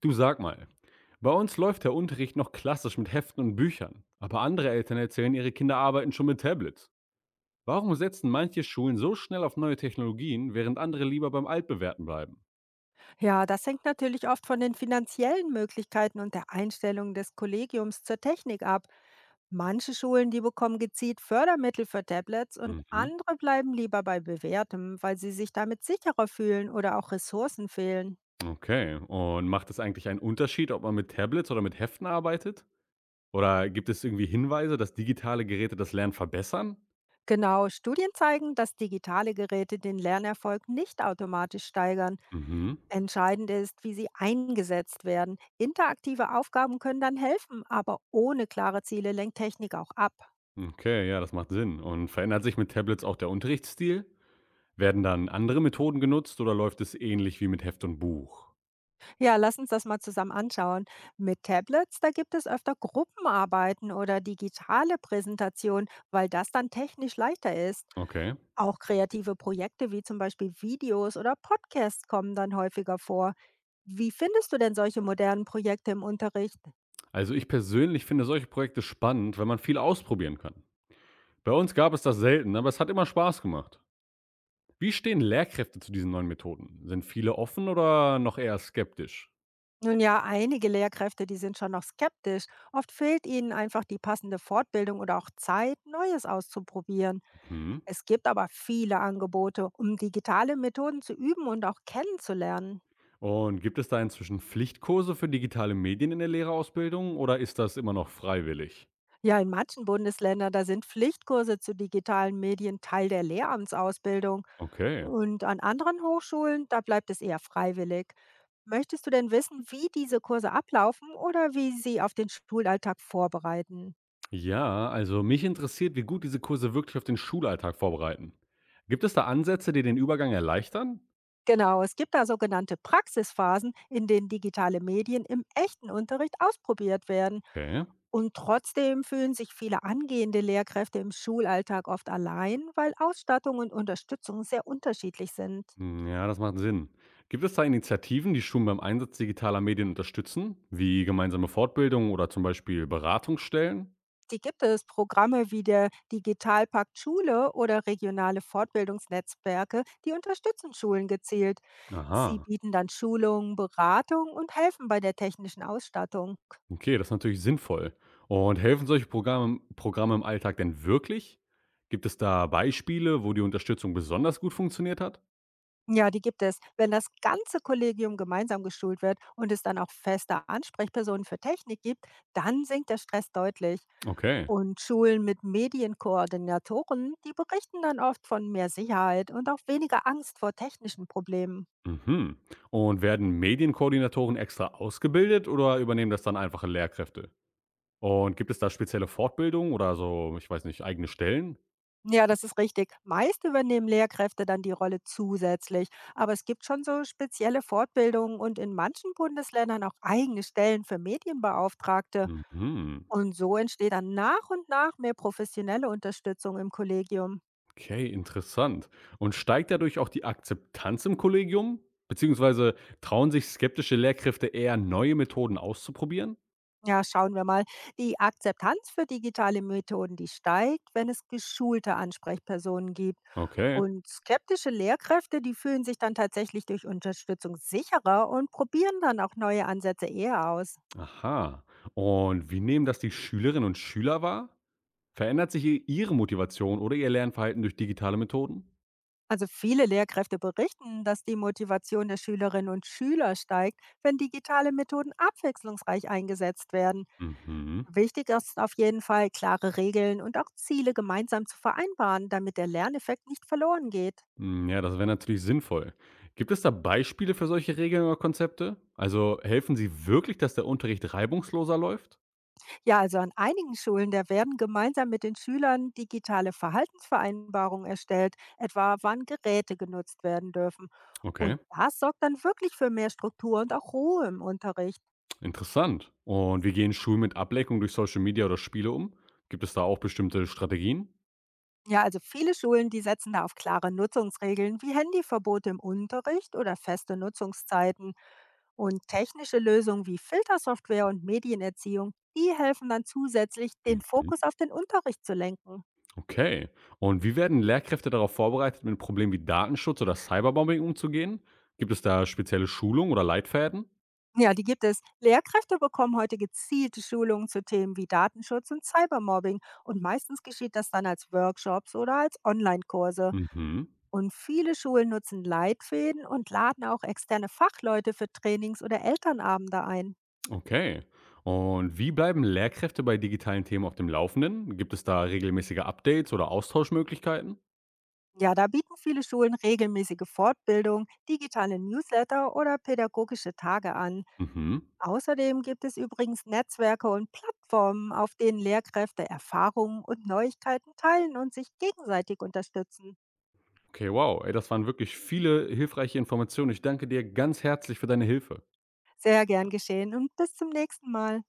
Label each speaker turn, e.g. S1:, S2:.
S1: Du, sag mal, bei uns läuft der Unterricht noch klassisch mit Heften und Büchern, aber andere Eltern erzählen, ihre Kinder arbeiten schon mit Tablets. Warum setzen manche Schulen so schnell auf neue Technologien, während andere lieber beim Altbewährten bleiben?
S2: Ja, das hängt natürlich oft von den finanziellen Möglichkeiten und der Einstellung des Kollegiums zur Technik ab. Manche Schulen, die bekommen gezielt Fördermittel für Tablets und
S1: Mhm.
S2: andere bleiben lieber bei bewährtem, weil sie sich damit sicherer fühlen oder auch Ressourcen fehlen.
S1: Okay, und macht es eigentlich einen Unterschied, ob man mit Tablets oder mit Heften arbeitet? Oder gibt es irgendwie Hinweise, dass digitale Geräte das Lernen verbessern?
S2: Genau, Studien zeigen, dass digitale Geräte den Lernerfolg nicht automatisch steigern.
S1: Mhm.
S2: Entscheidend ist, wie sie eingesetzt werden. Interaktive Aufgaben können dann helfen, aber ohne klare Ziele lenkt Technik auch ab.
S1: Okay, ja, das macht Sinn. Und verändert sich mit Tablets auch der Unterrichtsstil? Werden dann andere Methoden genutzt oder läuft es ähnlich wie mit Heft und Buch?
S2: Ja, lass uns das mal zusammen anschauen. Mit Tablets, da gibt es öfter Gruppenarbeiten oder digitale Präsentationen, weil das dann technisch leichter ist.
S1: Okay.
S2: Auch kreative Projekte wie zum Beispiel Videos oder Podcasts kommen dann häufiger vor. Wie findest du denn solche modernen Projekte im Unterricht?
S1: Also ich persönlich finde solche Projekte spannend, wenn man viel ausprobieren kann. Bei uns gab es das selten, aber es hat immer Spaß gemacht. Wie stehen Lehrkräfte zu diesen neuen Methoden? Sind viele offen oder noch eher skeptisch?
S2: Nun ja, einige Lehrkräfte, die sind schon noch skeptisch. Oft fehlt ihnen einfach die passende Fortbildung oder auch Zeit, Neues auszuprobieren.
S1: Mhm.
S2: Es gibt aber viele Angebote, um digitale Methoden zu üben und auch kennenzulernen.
S1: Und gibt es da inzwischen Pflichtkurse für digitale Medien in der Lehrerausbildung oder ist das immer noch freiwillig?
S2: Ja, in manchen Bundesländern, da sind Pflichtkurse zu digitalen Medien Teil der Lehramtsausbildung.
S1: Okay.
S2: Und an anderen Hochschulen, da bleibt es eher freiwillig. Möchtest du denn wissen, wie diese Kurse ablaufen oder wie sie auf den Schulalltag vorbereiten?
S1: Ja, also mich interessiert, wie gut diese Kurse wirklich auf den Schulalltag vorbereiten. Gibt es da Ansätze, die den Übergang erleichtern?
S2: Genau, es gibt da sogenannte Praxisphasen, in denen digitale Medien im echten Unterricht ausprobiert werden.
S1: Okay.
S2: Und trotzdem fühlen sich viele angehende Lehrkräfte im Schulalltag oft allein, weil Ausstattung und Unterstützung sehr unterschiedlich sind.
S1: Hm, ja, das macht Sinn. Gibt es da Initiativen, die Schulen beim Einsatz digitaler Medien unterstützen, wie gemeinsame Fortbildungen oder zum Beispiel Beratungsstellen?
S2: Die gibt es Programme wie der Digitalpakt Schule oder regionale Fortbildungsnetzwerke, die unterstützen Schulen gezielt. Sie
S1: Aha,
S2: bieten dann Schulungen, Beratung und helfen bei der technischen Ausstattung.
S1: okay, das ist natürlich sinnvoll. Und helfen solche Programme im Alltag denn wirklich? Gibt es da Beispiele, wo die Unterstützung besonders gut funktioniert hat?
S2: Ja, die gibt es. Wenn das ganze Kollegium gemeinsam geschult wird und es dann auch feste Ansprechpersonen für Technik gibt, dann sinkt der Stress deutlich.
S1: Okay.
S2: Und Schulen mit Medienkoordinatoren, die berichten dann oft von mehr Sicherheit und auch weniger Angst vor technischen Problemen.
S1: Mhm. Und werden Medienkoordinatoren extra ausgebildet oder übernehmen das dann einfache Lehrkräfte? Und gibt es da spezielle Fortbildungen oder so, ich weiß nicht, eigene Stellen?
S2: Ja, das ist richtig. Meist übernehmen Lehrkräfte dann die Rolle zusätzlich, aber es gibt schon so spezielle Fortbildungen und in manchen Bundesländern auch eigene Stellen für Medienbeauftragte.
S1: Mhm.
S2: Und so entsteht dann nach und nach mehr professionelle Unterstützung im Kollegium.
S1: Okay, interessant. Und steigt dadurch auch die Akzeptanz im Kollegium? Beziehungsweise trauen sich skeptische Lehrkräfte eher, neue Methoden auszuprobieren?
S2: Ja, schauen wir mal. Die Akzeptanz für digitale Methoden, die steigt, wenn es geschulte Ansprechpersonen gibt.
S1: Okay.
S2: Und skeptische Lehrkräfte, die fühlen sich dann tatsächlich durch Unterstützung sicherer und probieren dann auch neue Ansätze eher aus.
S1: Aha. Und wie nehmen das die Schülerinnen und Schüler wahr? Verändert sich ihre Motivation oder ihr Lernverhalten durch digitale Methoden?
S2: Also viele Lehrkräfte berichten, dass die Motivation der Schülerinnen und Schüler steigt, wenn digitale Methoden abwechslungsreich eingesetzt werden.
S1: Mhm.
S2: Wichtig ist auf jeden Fall, klare Regeln und auch Ziele gemeinsam zu vereinbaren, damit der Lerneffekt nicht verloren geht.
S1: Mm, ja, das wäre natürlich sinnvoll. Gibt es da Beispiele für solche Regeln oder Konzepte? Also helfen sie wirklich, dass der Unterricht reibungsloser läuft?
S2: Ja, also an einigen Schulen, da werden gemeinsam mit den Schülern digitale Verhaltensvereinbarungen erstellt, etwa wann Geräte genutzt werden dürfen. Und
S1: Okay.
S2: das sorgt dann wirklich für mehr Struktur und auch Ruhe im Unterricht.
S1: Interessant. Und wie gehen Schulen mit Ablenkung durch Social Media oder Spiele um? Gibt es da auch bestimmte Strategien?
S2: Ja, also viele Schulen, die setzen da auf klare Nutzungsregeln wie Handyverbote im Unterricht oder feste Nutzungszeiten. Und technische Lösungen wie Filtersoftware und Medienerziehung, die helfen dann zusätzlich, den
S1: Mhm.
S2: Fokus auf den Unterricht zu lenken.
S1: Okay. Und wie werden Lehrkräfte darauf vorbereitet, mit Problemen wie Datenschutz oder Cyberbombing umzugehen? Gibt es da spezielle Schulungen oder Leitfäden?
S2: Ja, die gibt es. Lehrkräfte bekommen heute gezielte Schulungen zu Themen wie Datenschutz und Cybermobbing. Und meistens geschieht das dann als Workshops oder als Online-Kurse.
S1: Mhm.
S2: Und viele Schulen nutzen Leitfäden und laden auch externe Fachleute für Trainings oder Elternabende ein.
S1: Okay. Und wie bleiben Lehrkräfte bei digitalen Themen auf dem Laufenden? Gibt es da regelmäßige Updates oder Austauschmöglichkeiten?
S2: Ja, da bieten viele Schulen regelmäßige Fortbildung, digitale Newsletter oder pädagogische Tage an.
S1: Mhm.
S2: Außerdem gibt es übrigens Netzwerke und Plattformen, auf denen Lehrkräfte Erfahrungen und Neuigkeiten teilen und sich gegenseitig unterstützen.
S1: Okay, wow. Ey, das waren wirklich viele hilfreiche Informationen. Ich danke dir ganz herzlich für deine Hilfe.
S2: Sehr gern geschehen und bis zum nächsten Mal.